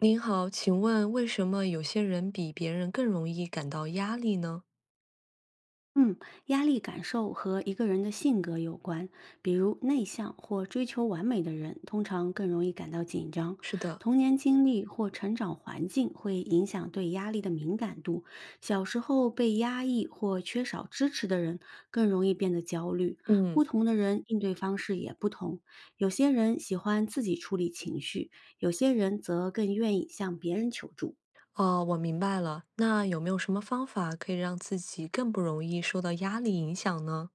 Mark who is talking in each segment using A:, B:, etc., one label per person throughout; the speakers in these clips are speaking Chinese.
A: 您好，请问为什么有些人比别人更容易感到压力呢？
B: 嗯，压力感受和一个人的性格有关，比如内向或追求完美的人，通常更容易感到紧张。
A: 是的。
B: 童年经历或成长环境会影响对压力的敏感度。小时候被压抑或缺少支持的人，更容易变得焦虑。
A: 嗯。
B: 不同的人应对方式也不同，有些人喜欢自己处理情绪，有些人则更愿意向别人求助。
A: 哦，我明白了。那有没有什么方法可以让自己更不容易受到压力影响呢？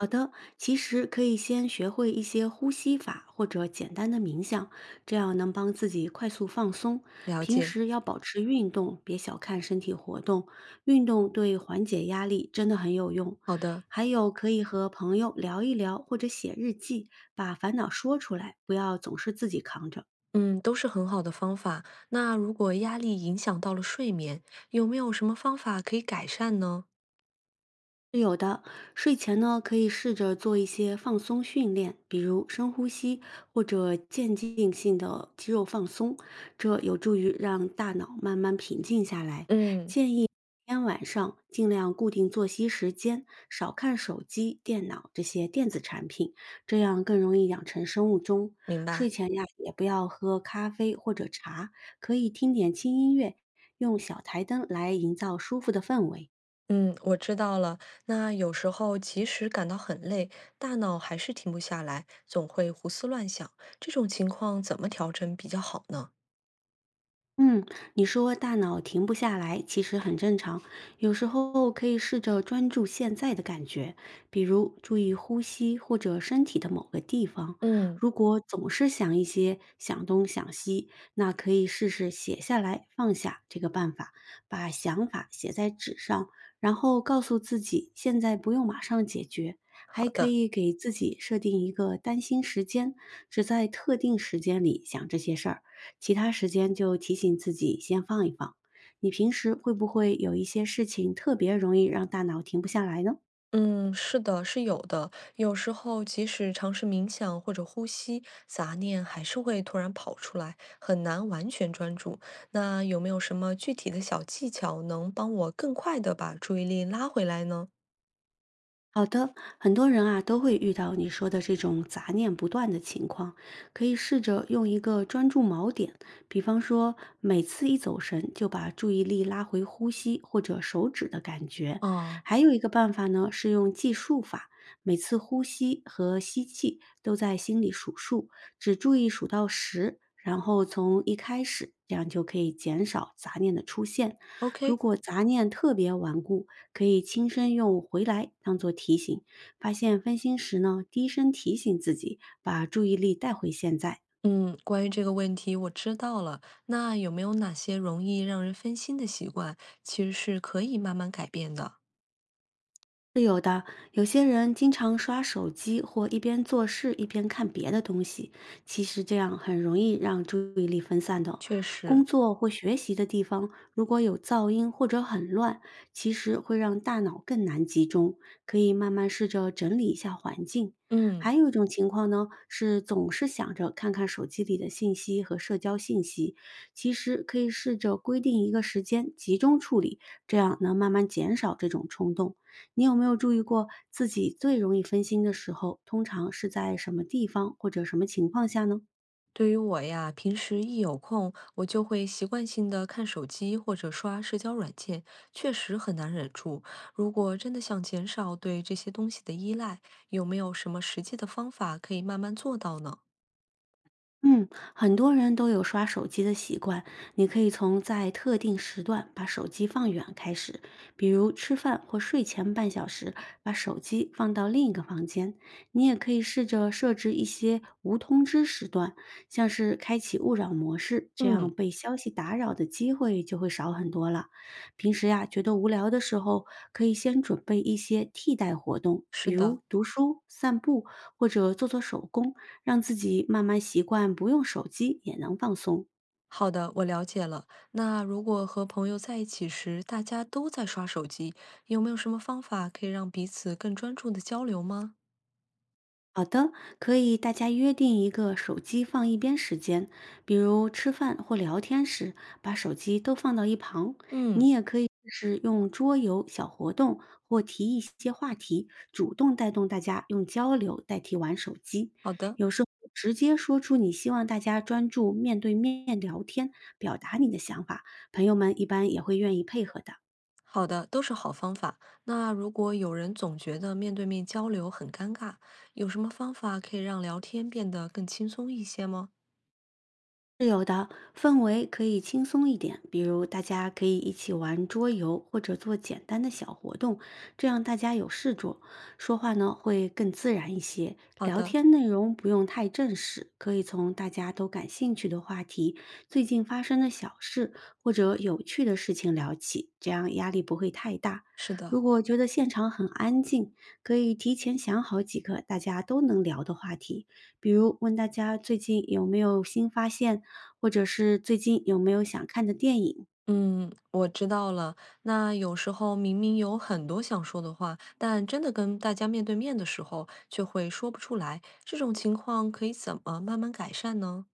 B: 好的，其实可以先学会一些呼吸法或者简单的冥想，这样能帮自己快速放松。
A: 了
B: 平
A: 解。
B: 时要保持运动，别小看身体活动，运动对缓解压力真的很有用。
A: 好的。
B: 还有可以和朋友聊一聊，或者写日记，把烦恼说出来，不要总是自己扛着。
A: 嗯，都是很好的方法。那如果压力影响到了睡眠，有没有什么方法可以改善呢？
B: 是有的，睡前呢可以试着做一些放松训练，比如深呼吸或者渐进性的肌肉放松，这有助于让大脑慢慢平静下来。
A: 嗯。
B: 建议每天晚上尽量固定作息时间，少看手机、电脑这些电子产品，这样更容易养成生物钟。
A: 明
B: 睡
A: 白。
B: 前呀，也不要喝咖啡或者茶，可以听点轻音乐，用小台灯来营造舒服的氛围。
A: 嗯，我知道了。那有时候即使感到很累，大脑还是停不下来，总会胡思乱想。这种情况怎么调整比较好呢？
B: 嗯，你说大脑停不下来，其实很正常。有时候可以试着专注现在的感觉，比如注意呼吸或者身体的某个地方。
A: 嗯。
B: 如果总是想一些想东想西，那可以试试写下来放下这个办法，把想法写在纸上，然后告诉自己现在不用马上解决。还
A: 好
B: 可
A: 的。
B: 以给自己设定一个担心时间，只在特定时间里想这些事儿。其他时间就提醒自己先放一放。你平时会不会有一些事情特别容易让大脑停不下来呢？
A: 嗯，是的，是有的。有时候即使尝试冥想或者呼吸，杂念还是会突然跑出来，很难完全专注。那有没有什么具体的小技巧能帮我更快的把注意力拉回来呢？
B: 好的，很多人啊都会遇到你说的这种杂念不断的情况，可以试着用一个专注锚点，比方说每次一走神就把注意力拉回呼吸或者手指的感觉。
A: 哦。
B: 还有一个办法呢是用计数法，每次呼吸和吸气都在心里数数，只注意数到10，然后从一开始，这样就可以减少杂念的出现。如
A: OK。
B: 果杂念特别顽固，可以轻声用“回来”当做提醒，发现分心时呢，低声提醒自己，把注意力带回现在。
A: 嗯，关于这个问题我知道了。那有没有哪些容易让人分心的习惯，其实是可以慢慢改变的？
B: 是有的，有些人经常刷手机或一边做事一边看别的东西，其实这样很容易让注意力分散的。
A: 确
B: 工
A: 实。
B: 作或学习的地方如果有噪音或者很乱，其实会让大脑更难集中。可以慢慢试着整理一下环境。
A: 嗯。
B: 还有一种情况呢，是总是想着看看手机里的信息和社交信息，其实可以试着规定一个时间集中处理，这样能慢慢减少这种冲动。你有没有注意过自己最容易分心的时候，通常是在什么地方或者什么情况下呢？
A: 对于我呀，平时一有空，我就会习惯性的看手机或者刷社交软件，确实很难忍住。如果真的想减少对这些东西的依赖，有没有什么实际的方法可以慢慢做到呢？
B: 嗯，很多人都有刷手机的习惯，你可以从在特定时段把手机放远开始，比如吃饭或睡前半小时，把手机放到另一个房间。你也可以试着设置一些无通知时段，像是开启勿扰模式，这样
A: 嗯。
B: 被消息打扰的机会就会少很多了。平时呀，觉得无聊的时候，可以先准备一些替代活动。
A: 是
B: 比
A: 的。
B: 如读书、散步，或者做做手工，让自己慢慢习惯不用手机也能放松。
A: 好的，我了解了。那如果和朋友在一起时，大家都在刷手机，有没有什么方法可以让彼此更专注的交流吗？
B: 好的，可以大家约定一个手机放一边时间，比如吃饭或聊天时，把手机都放到一旁。
A: 嗯。
B: 你也可以是用桌游小活动或提一些话题，主动带动大家用交流代替玩手机。
A: 好的。
B: 有时候直接说出你希望大家专注面对面聊天，表达你的想法，朋友们一般也会愿意配合的。
A: 好的，都是好方法。那如果有人总觉得面对面交流很尴尬，有什么方法可以让聊天变得更轻松一些吗？
B: 是有的，氛围可以轻松一点，比如大家可以一起玩桌游或者做简单的小活动，这样大家有事做，说话呢会更自然一些。
A: 好
B: 聊
A: 的。
B: 天内容不用太正式，可以从大家都感兴趣的话题、最近发生的小事或者有趣的事情聊起，这样压力不会太大。
A: 是
B: 如
A: 的。
B: 果觉得现场很安静，可以提前想好几个大家都能聊的话题，比如问大家最近有没有新发现，或者是最近有没有想看的电影？
A: 嗯，我知道了。那有时候明明有很多想说的话，但真的跟大家面对面的时候，却会说不出来。这种情况可以怎么慢慢改善呢？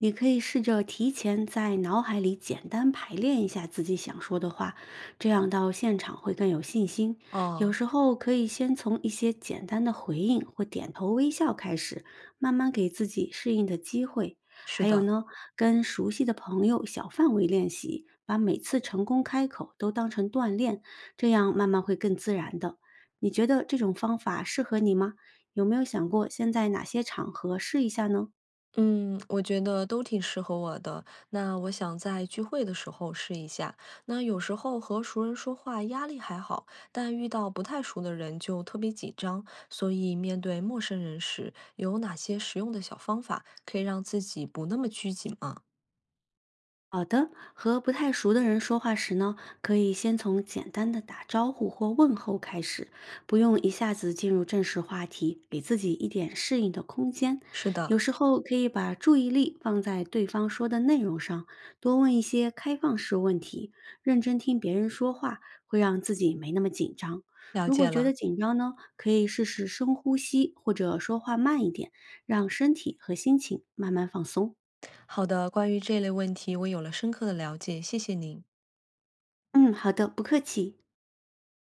B: 你可以试着提前在脑海里简单排练一下自己想说的话，这样到现场会更有信心。有
A: 哦。
B: 时候可以先从一些简单的回应或点头微笑开始，慢慢给自己适应的机会。
A: 是
B: 还有
A: 的。
B: 呢，跟熟悉的朋友小范围练习，把每次成功开口都当成锻炼，这样慢慢会更自然的。你觉得这种方法适合你吗？有没有想过先在哪些场合试一下呢？
A: 嗯，我觉得都挺适合我的。那我想在聚会的时候试一下。那有时候和熟人说话压力还好，但遇到不太熟的人就特别紧张。所以面对陌生人时，有哪些实用的小方法可以让自己不那么拘谨吗？
B: 好的，和不太熟的人说话时呢，可以先从简单的打招呼或问候开始，不用一下子进入正式话题，给自己一点适应的空间。
A: 是的。
B: 有时候可以把注意力放在对方说的内容上，多问一些开放式问题，认真听别人说话，会让自己没那么紧张。
A: 了
B: 如果
A: 解
B: 觉得
A: 了。
B: 紧张呢，可以试试深呼吸或者说话慢一点，让身体和心情慢慢放松。
A: 好的，关于这类问题，我有了深刻的了解，谢谢您。
B: 嗯，好的，不客气。